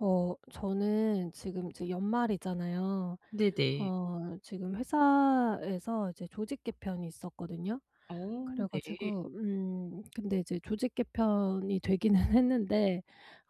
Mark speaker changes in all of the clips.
Speaker 1: 저는 지금 이제 연말이잖아요.
Speaker 2: 네네.
Speaker 1: 지금 회사에서 이제 조직 개편이 있었거든요.
Speaker 2: 어
Speaker 1: 그래
Speaker 2: 네.
Speaker 1: 가지고 근데 이제 조직 개편이 되기는 했는데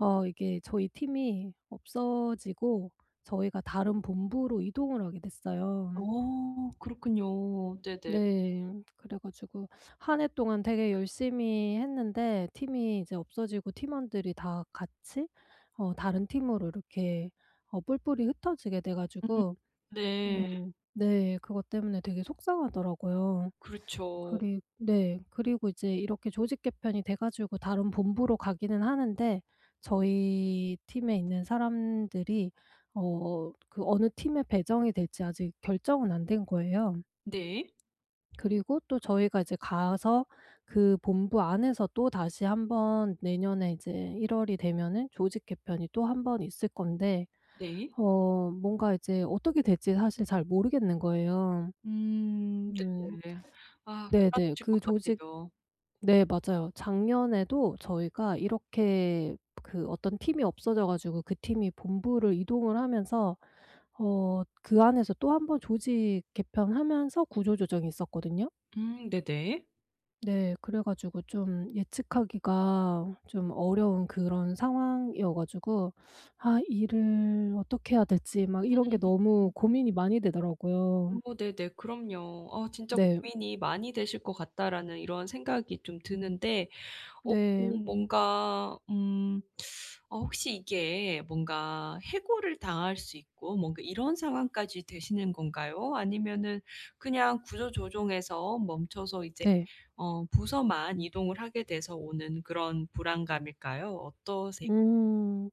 Speaker 1: 이게 저희 팀이 없어지고 저희가 다른 본부로 이동을 하게 됐어요.
Speaker 2: 어 그렇군요. 네네.
Speaker 1: 네. 그래 가지고 한 해 동안 되게 열심히 했는데 팀이 이제 없어지고 팀원들이 다 같이 다른 팀으로 이렇게 뿔뿔이 흩어지게 돼
Speaker 2: 음
Speaker 1: 가지고
Speaker 2: 네.
Speaker 1: 네 그것 때문에 되게 속상하더라고요.
Speaker 2: 그렇죠.
Speaker 1: 그리 네 그리고 이제 이렇게 조직 개편이 돼 가지고 다른 본부로 가기는 하는데 저희 팀에 있는 사람들이 그 어느 팀에 배정이 될지 아직 결정은 안 된 거예요.
Speaker 2: 네.
Speaker 1: 그리고 또 저희가 이제 가서 그 본부 안에서 또다시 한번 내년에 이제 1 월이 되면은 조직 개편이 또 한 번 있을 건데
Speaker 2: 네.
Speaker 1: 뭔가 이제 어떻게 될지 사실 잘 모르겠는 거예요.
Speaker 2: 음
Speaker 1: 음
Speaker 2: 네네. 아
Speaker 1: 네네.
Speaker 2: 불안하실
Speaker 1: 그
Speaker 2: 것
Speaker 1: 조직
Speaker 2: 같아요.
Speaker 1: 네 맞아요. 작년에도 저희가 이렇게 그 어떤 팀이 없어져 가지고 그 팀이 본부를 이동을 하면서 그 안에서 또 한번 조직 개편하면서 구조조정이 있었거든요.
Speaker 2: 네네.
Speaker 1: 네. 그래 가지고 좀 예측하기가 좀 어려운 그런 상황이어 가지고 '아 일을 어떻게 해야 될지.' 막 이런 게 너무
Speaker 2: 음.
Speaker 1: 고민이 많이 되더라고요.
Speaker 2: 어 네네. 그럼요. 어 진짜
Speaker 1: 네.
Speaker 2: 고민이 많이 되실 것 같다라는 이런 생각이 좀 드는데 어
Speaker 1: 네.
Speaker 2: 뭔가 음 혹시 이게 뭔가 해고를 당할 수 있고 뭔가 이런 상황까지 되시는 건가요? 아니면은 그냥 구조 조정에서 멈춰서 이제
Speaker 1: 네.
Speaker 2: 어 부서만 이동을 하게 돼서 오는 그런 불안감일까요? 어떠세요?
Speaker 1: 음.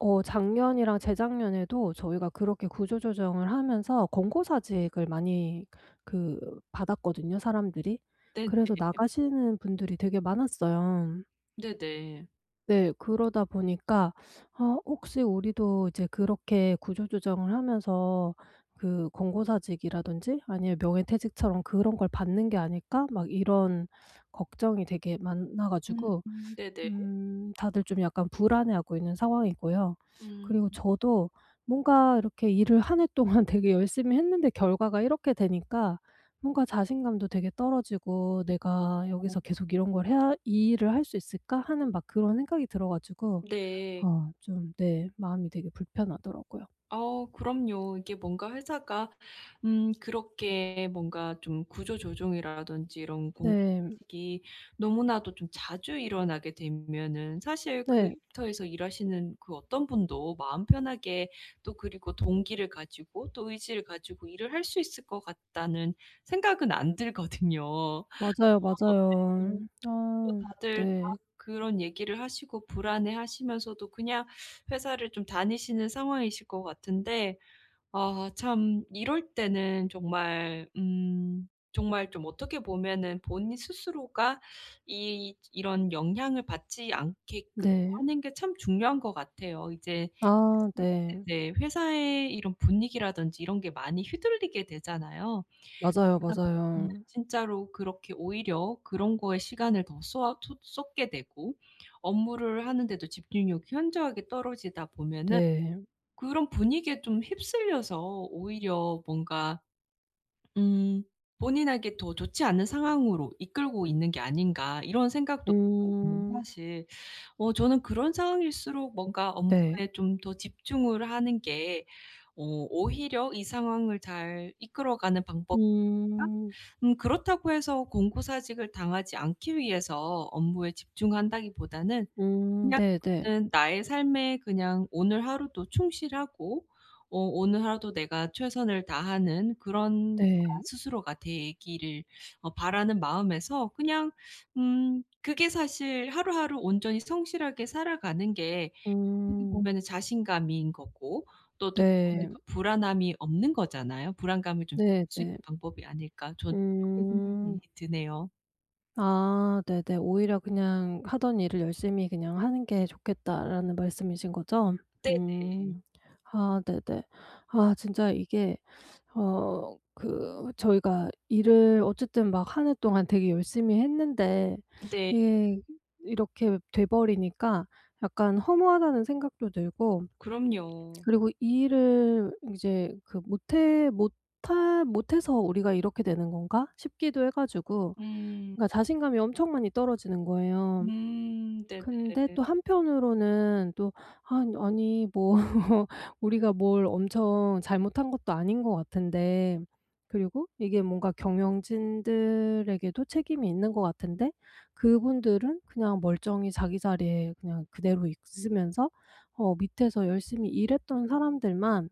Speaker 1: 작년이랑 재작년에도 저희가 그렇게 구조 조정을 하면서 권고사직을 많이 그 받았거든요 사람들이.
Speaker 2: 네.
Speaker 1: 그래서 나가시는 분들이 되게 많았어요.
Speaker 2: 네네.
Speaker 1: 네. 그러다 보니까 아 혹시 우리도 이제 그렇게 구조 조정을 하면서 그 권고사직이라든지 아니면 명예퇴직처럼 그런 걸 받는 게 아닐까? 막 이런 걱정이 되게 많아
Speaker 2: 음
Speaker 1: 가지고
Speaker 2: 네네.
Speaker 1: 다들 좀 약간 불안해하고 있는 상황이고요.
Speaker 2: 음.
Speaker 1: 그리고 저도 뭔가 이렇게 일을 한 해 동안 되게 열심히 했는데 결과가 이렇게 되니까 뭔가 자신감도 되게 떨어지고 '내가
Speaker 2: 어.
Speaker 1: 여기서 계속 이런 걸 해야 이 일을 할 수 있을까?' 하는 막 그런 생각이 들어 가지고
Speaker 2: 네.
Speaker 1: 좀 네 마음이 되게 불편하더라고요.
Speaker 2: 어 그럼요. 이게 뭔가 회사가 그렇게 뭔가 좀 구조 조정이라든지 이런
Speaker 1: 네.
Speaker 2: 공식이 너무나도 좀 자주 일어나게 되면은 사실 그
Speaker 1: 네.
Speaker 2: 일터에서 일하시는 그 어떤 분도 마음 편하게 또 그리고 동기를 가지고 또 의지를 가지고 일을 할 수 있을 것 같다는 생각은 안 들거든요. 어
Speaker 1: 맞아요, 맞아요.
Speaker 2: 네. 또
Speaker 1: 아
Speaker 2: 다들 다
Speaker 1: 네.
Speaker 2: 그런 얘기를 하시고 불안해하시면서도 그냥 회사를 좀 다니시는 상황이실 것 같은데 아 참 이럴 때는 정말 정말 좀 어떻게 보면은 본인 스스로가 이 이런 영향을 받지 않게끔
Speaker 1: 네.
Speaker 2: 하는 게 참 중요한 것 같아요. 이제
Speaker 1: 아
Speaker 2: 네.
Speaker 1: 네.
Speaker 2: 네 회사의 이런 분위기라든지 이런 게 많이 휘둘리게 되잖아요.
Speaker 1: 맞아요,
Speaker 2: 그러다 보면은
Speaker 1: 맞아요.
Speaker 2: 진짜로 그렇게 오히려 그런 거에 시간을 더 쏘아 쏟 쏟게 되고 업무를 하는데도 집중력이 현저하게 떨어지다 보면은
Speaker 1: 네.
Speaker 2: 그런 분위기에 좀 휩쓸려서 오히려 뭔가 음 본인에게 더 좋지 않은 상황으로 이끌고 있는 게 아닌가 이런 생각도
Speaker 1: 음.
Speaker 2: 사실 어 저는 그런 상황일수록 뭔가 업무에
Speaker 1: 네.
Speaker 2: 좀 더 집중을 하는 게 어 오히려 이 상황을 잘 이끌어가는 방법이다.
Speaker 1: 음.
Speaker 2: 그렇다고 해서 공고사직을 당하지 않기 위해서 업무에 집중한다기보다는 그냥
Speaker 1: 네네. 네.
Speaker 2: 저는 나의 삶에 그냥 오늘 하루도 충실하고 어 오늘 하루도 내가 최선을 다하는 그런 나
Speaker 1: 네,
Speaker 2: 스스로가 되기를 어 바라는 마음에서 그냥 그게 사실 하루하루 온전히 성실하게 살아가는 게 어떻게
Speaker 1: 음.
Speaker 2: 보면은 자신감인 거고 또 어떻게 보면
Speaker 1: 네.
Speaker 2: 또 불안함이 없는 거잖아요. 불안감을 좀 줄일 수
Speaker 1: 네네.
Speaker 2: 있는 방법이 아닐까 저는 그렇게
Speaker 1: 음.
Speaker 2: 생각이 드네요.
Speaker 1: 아 네네. 오히려 그냥 '하던 일을 열심히 그냥 하는 게 좋겠다.'라는 말씀이신 거죠?
Speaker 2: 네.
Speaker 1: 음. 아 네네. 아 진짜 이게 그 저희가 일을 어쨌든 막 한 해 동안 되게 열심히 했는데
Speaker 2: 네.
Speaker 1: 이게 이렇게 돼 버리니까 약간 허무하다는 생각도 들고
Speaker 2: 그럼요.
Speaker 1: 그리고 이 일을 이제 그 '못해서 우리가 이렇게 되는 건가?' 싶기도 해 가지고
Speaker 2: 음.
Speaker 1: 그러니까 자신감이 엄청 많이 떨어지는 거예요.
Speaker 2: 네네.
Speaker 1: 근데 또 한편으로는 또 '아 아니 뭐 우리가 뭘 엄청 잘못한 것도 아닌 것 같은데' 그리고 이게 뭔가 경영진들에게도 책임이 있는 것 같은데 그분들은 그냥 멀쩡히 자기 자리에 그냥 그대로 있으면서 밑에서 열심히 일했던 사람들만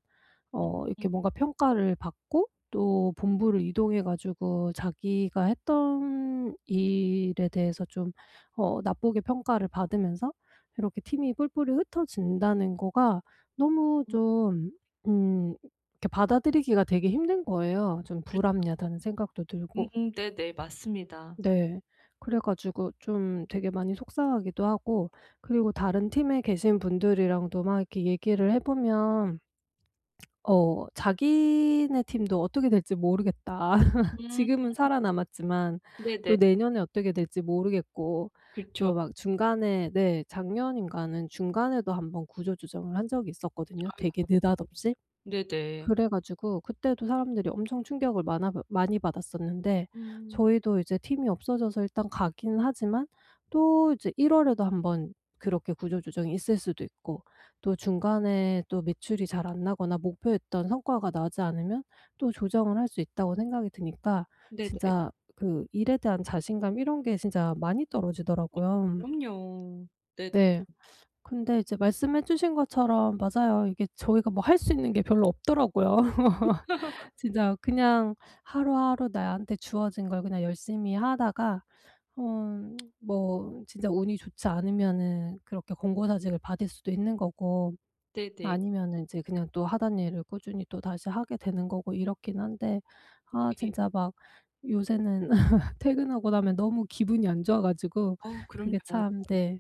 Speaker 1: 이렇게 뭔가 평가를 받고 또 본부를 이동해 가지고 자기가 했던 일에 대해서 좀 나쁘게 평가를 받으면서 이렇게 팀이 뿔뿔이 흩어진다는 거가 너무
Speaker 2: 음음
Speaker 1: 좀 음 이렇게 받아들이기가 되게 힘든 거예요. 좀
Speaker 2: 그렇죠.
Speaker 1: 불합리하다는 생각도 들고.
Speaker 2: 네네. 맞습니다.
Speaker 1: 네. 그래 가지고 좀 되게 많이 속상하기도 하고 그리고 다른 팀에 계신 분들이랑도 막 이렇게 얘기를 해 보면 자기네 팀도 '어떻게 될지 모르겠다.
Speaker 2: 음
Speaker 1: 지금은 살아남았지만 또
Speaker 2: 네네.
Speaker 1: 내년에 어떻게 될지 모르겠고.'
Speaker 2: 그쵸.
Speaker 1: 또 막 중간에 네 작년인가는 중간에도 한번 구조 조정을 한 적이 있었거든요
Speaker 2: 아이고.
Speaker 1: 되게 느닷없이.
Speaker 2: 네네.
Speaker 1: 그래 가지고 그때도 사람들이 엄청 충격을 많아 많이 받았었는데
Speaker 2: 음
Speaker 1: 저희도 이제 팀이 없어져서 일단 가기는 하지만 또 이제 1 월에도 한번 그렇게 구조 조정이 있을 수도 있고 또 중간에 또 매출이 잘 안 나거나 목표했던 성과가 나지 않으면 또 조정을 할 수 있다고 생각이 드니까
Speaker 2: 네네.
Speaker 1: 진짜 그 일에 대한 자신감 이런 게 진짜 많이 떨어지더라고요.
Speaker 2: 그럼요. 네
Speaker 1: 네. 근데 이제 말씀해 주신 것처럼 맞아요. 이게 저희가 뭐 할 수 있는 게 별로 없더라고요. 진짜 그냥 하루하루 나한테 주어진 걸 그냥 열심히 하다가 어 뭐 진짜 운이 좋지 않으면은 그렇게 권고사직을 받을 수도 있는 거고
Speaker 2: 네네.
Speaker 1: 아니면은 이제 그냥 또 하던 일을 꾸준히 또다시 하게 되는 거고 이렇긴 한데 아
Speaker 2: 네.
Speaker 1: 진짜 막 요새는 퇴근하고 나면 너무 기분이 안 좋아 가지고
Speaker 2: 어우 그럼요.
Speaker 1: 그게 참 네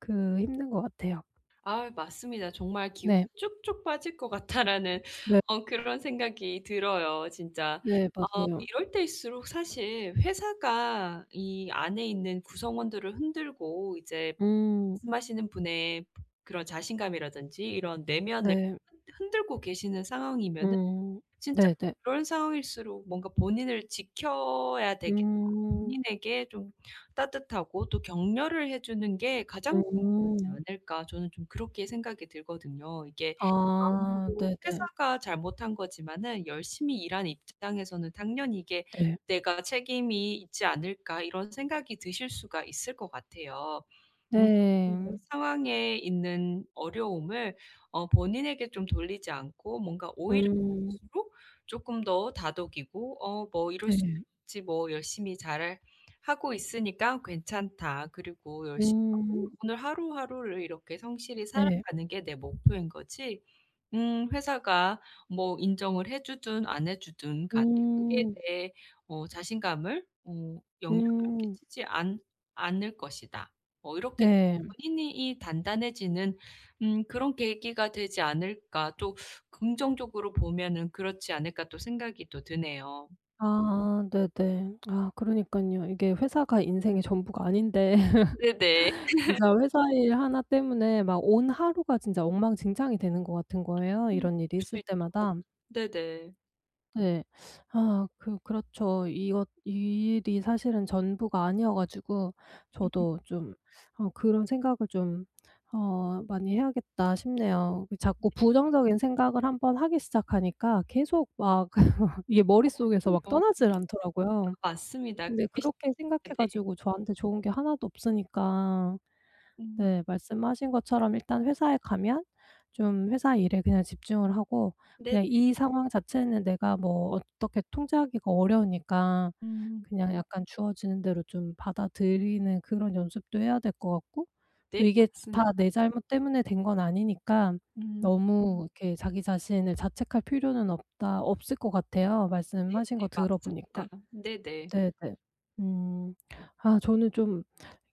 Speaker 1: 그 힘든 것 같아요.
Speaker 2: 아 맞습니다. 정말 '기운이
Speaker 1: 네.
Speaker 2: 쭉쭉 빠질 것 같다.'라는
Speaker 1: 네.
Speaker 2: 어 그런 생각이 들어요 진짜.
Speaker 1: 네
Speaker 2: 어
Speaker 1: 맞아요.
Speaker 2: 이럴 때일수록 사실 회사가 이 안에 있는 구성원들을 흔들고 이제
Speaker 1: 음.
Speaker 2: 말씀하시는 분의 그런 자신감이라든지 이런 내면을
Speaker 1: 네.
Speaker 2: 흔 흔들고 계시는 상황이면은
Speaker 1: 음.
Speaker 2: 진짜
Speaker 1: 네네.
Speaker 2: 그런 상황일수록 뭔가 본인을 지켜야 되겠다.
Speaker 1: 음.
Speaker 2: 본인에게 좀 따뜻하고 또 격려를 해 주는 게 가장
Speaker 1: 음.
Speaker 2: 중요하지 않을까 저는 좀 그렇게 생각이 들거든요. 이게
Speaker 1: 아
Speaker 2: 아무래도
Speaker 1: 네네.
Speaker 2: 회사가 잘못한 거지만은 열심히 일한 입장에서는 당연히 이게
Speaker 1: 네.
Speaker 2: '내가 책임이 있지 않을까.' 이런 생각이 드실 수가 있을 것 같아요.
Speaker 1: 네.
Speaker 2: 음
Speaker 1: 네.
Speaker 2: 런 상황에 있는 어려움을 어 본인에게 좀 돌리지 않고 뭔가 오히려
Speaker 1: 음.
Speaker 2: 갈수록 조금 더 다독이고 "어 뭐 이럴 수도
Speaker 1: 네.
Speaker 2: 있지. 뭐 열심히 잘 하고 있으니까 괜찮다. 그리고 열심히
Speaker 1: 음.
Speaker 2: 오늘 하루하루를 이렇게 성실히
Speaker 1: 네.
Speaker 2: 살아가는 게 내 목표인 거지." 회사가 뭐 인정을 해 주든 안 해 주든 간에 그게
Speaker 1: 음.
Speaker 2: 내 어 자신감을 어 영향을
Speaker 1: 음.
Speaker 2: 끼치지 않 않을 것이다. 어 이렇게
Speaker 1: 네.
Speaker 2: 본인이 단단해지는 그런 계기가 되지 않을까 또 긍정적으로 보면은 그렇지 않을까 또 생각이 또 드네요.
Speaker 1: 아 네네. 아 그러니깐요. 이게 회사가 인생의 전부가 아닌데
Speaker 2: 네네.
Speaker 1: 진짜 회사 일 하나 때문에 막 온 하루가 진짜 엉망진창이 되는 것 같은 거예요,
Speaker 2: 음.
Speaker 1: 이런 일이 있을
Speaker 2: 그럴 수 있죠.
Speaker 1: 때마다.
Speaker 2: 네네.
Speaker 1: 네. 아 그렇죠. 이것 이 일이 사실은 전부가 아니어 가지고
Speaker 2: 음
Speaker 1: 저도 좀 그런 생각을 좀 많이 해야겠다 싶네요. 그 자꾸
Speaker 2: 네.
Speaker 1: 부정적인 생각을 한번 하기 시작하니까 계속 막 이게
Speaker 2: 어
Speaker 1: 머릿속에서 막
Speaker 2: 그럼요.
Speaker 1: 떠나질 않더라고요.
Speaker 2: 아 맞습니다.
Speaker 1: 근데
Speaker 2: 그게 시
Speaker 1: 그렇게 생각해
Speaker 2: 네네.
Speaker 1: 가지고 저한테 좋은 게 하나도 없으니까
Speaker 2: 음.
Speaker 1: 네. 말씀하신 것처럼 일단 회사에 가면 좀 회사 일에 그냥 집중을 하고
Speaker 2: 네네.
Speaker 1: 그냥 이 상황 자체는 내가 뭐 어떻게 통제하기가 어려우니까
Speaker 2: 음.
Speaker 1: 그냥 약간 주어지는 대로 좀 받아들이는 그런 연습도 해야 될 것 같고 또
Speaker 2: 네
Speaker 1: 이게 다
Speaker 2: 맞습니다.
Speaker 1: 내 잘못 때문에 된 건 아니니까
Speaker 2: 음.
Speaker 1: 너무 이렇게 자기 자신을 자책할 필요는 없다 없을 것 같아요 말씀하신 거
Speaker 2: 네네 맞습니다.
Speaker 1: 들어보니까.
Speaker 2: 네네.
Speaker 1: 네네. 음. 아 저는 좀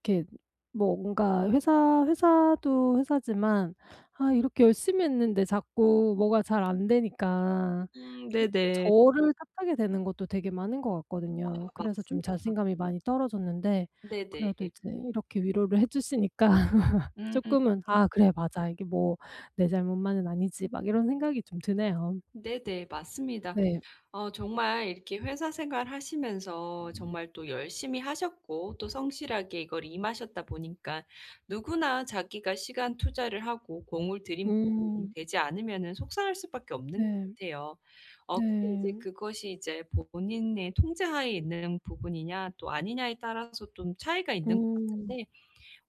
Speaker 1: 이렇게 뭔가 회사도 회사지만 아 이렇게 열심히 했는데 자꾸 뭐가 잘 안 되니까
Speaker 2: 네네.
Speaker 1: 저를 탓하게 되는 것도 되게 많은 것 같거든요.
Speaker 2: 아
Speaker 1: 그래서 좀
Speaker 2: 맞습니다.
Speaker 1: 자신감이 많이 떨어졌는데
Speaker 2: 네네.
Speaker 1: 그래도 이제 이렇게 위로를 해 주시니까
Speaker 2: 음
Speaker 1: 쪼끔은 '아 그래 맞아. 이게 뭐 내 잘못만은 아니지.' 막 이런 생각이 좀 드네요.
Speaker 2: 네네 맞습니다.
Speaker 1: 네.
Speaker 2: 어 정말 이렇게 회사 생활 하시면서 정말 또 열심히 하셨고 또 성실하게 이걸 임하셨다 보니까 누구나 자기가 시간 투자를 하고 공을 들인 부분이
Speaker 1: 음.
Speaker 2: 되지 않으면은 속상할 수밖에 없는 것
Speaker 1: 네.
Speaker 2: 같아요. 어 근데 이제
Speaker 1: 네.
Speaker 2: 그것이 이제 본인의 통제하에 있는 부분이냐 또 아니냐에 따라서 좀 차이가 있는 것
Speaker 1: 음.
Speaker 2: 같은데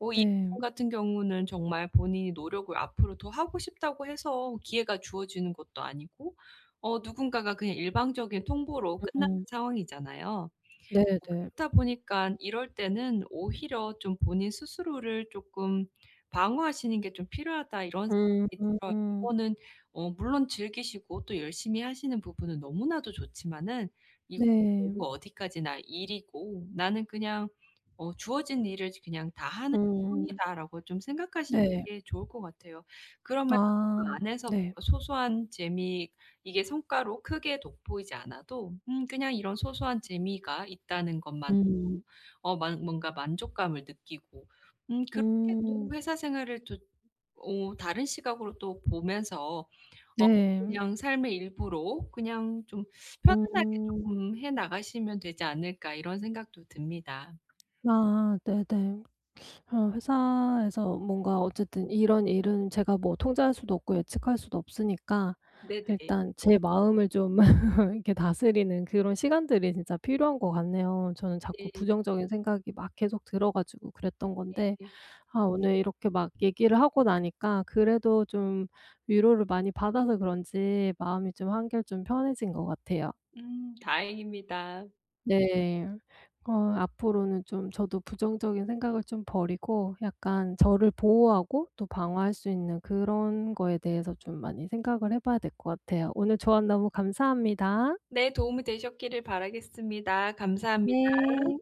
Speaker 2: 어 이
Speaker 1: 네.
Speaker 2: 부분 같은 경우는 정말 본인이 노력을 앞으로 더 하고 싶다고 해서 기회가 주어지는 것도 아니고 어 누군가가 그냥 일방적인 통보로 끝나는
Speaker 1: 음.
Speaker 2: 상황이잖아요. 어
Speaker 1: 네네.
Speaker 2: 그렇다 보니까 이럴 때는 오히려 좀 본인 스스로를 조금 방어하시는 게 좀 필요하다 이런 생각이 들어요.
Speaker 1: 음.
Speaker 2: 이거는 어 물론 즐기시고 또 열심히 하시는 부분은 너무나도 좋지만은 이거 결국
Speaker 1: 네.
Speaker 2: 어디까지나 일이고 '나는 그냥 어 주어진 일을 그냥 다 하는
Speaker 1: 음.
Speaker 2: 것뿐이다.'라고 좀 생각하시는
Speaker 1: 네.
Speaker 2: 게 좋을 것 같아요. 그러면
Speaker 1: 아
Speaker 2: 그 안에서
Speaker 1: 네.
Speaker 2: 소소한 재미 이게 성과로 크게 돋보이지 않아도 그냥 이런 소소한 재미가 있다는 것만으로
Speaker 1: 음.
Speaker 2: 어 만 뭔가 만족감을 느끼고 그렇게 또
Speaker 1: 음.
Speaker 2: 회사 생활을 또 어 다른 시각으로 또 보면서 어
Speaker 1: 네.
Speaker 2: 그냥 삶의 일부로 그냥 좀 편안하게
Speaker 1: 음.
Speaker 2: 조금 해 나가시면 되지 않을까 이런 생각도 듭니다.
Speaker 1: 아 네네. 회사에서 뭔가 어쨌든 이런 일은 제가 뭐 통제할 수도 없고 예측할 수도 없으니까
Speaker 2: 네네.
Speaker 1: 일단 제 마음을 좀 이렇게 다스리는 그런 시간들이 진짜 필요한 것 같네요. 저는 자꾸
Speaker 2: 네.
Speaker 1: 부정적인 생각이 막 계속 들어 가지고 그랬던 건데
Speaker 2: 네.
Speaker 1: 아 오늘 이렇게 막 얘기를 하고 나니까 그래도 좀 위로를 많이 받아서 그런지 마음이 좀 한결 좀 편해진 것 같아요.
Speaker 2: 다행입니다.
Speaker 1: 네. 앞으로는 좀 저도 부정적인 생각을 좀 버리고 약간 저를 보호하고 또 방어할 수 있는 그런 거에 대해서 좀 많이 생각을 해 봐야 될 것 같아요. 오늘 조언 너무 감사합니다.
Speaker 2: 네 도움이 되셨기를 바라겠습니다. 감사합 니다
Speaker 1: 네.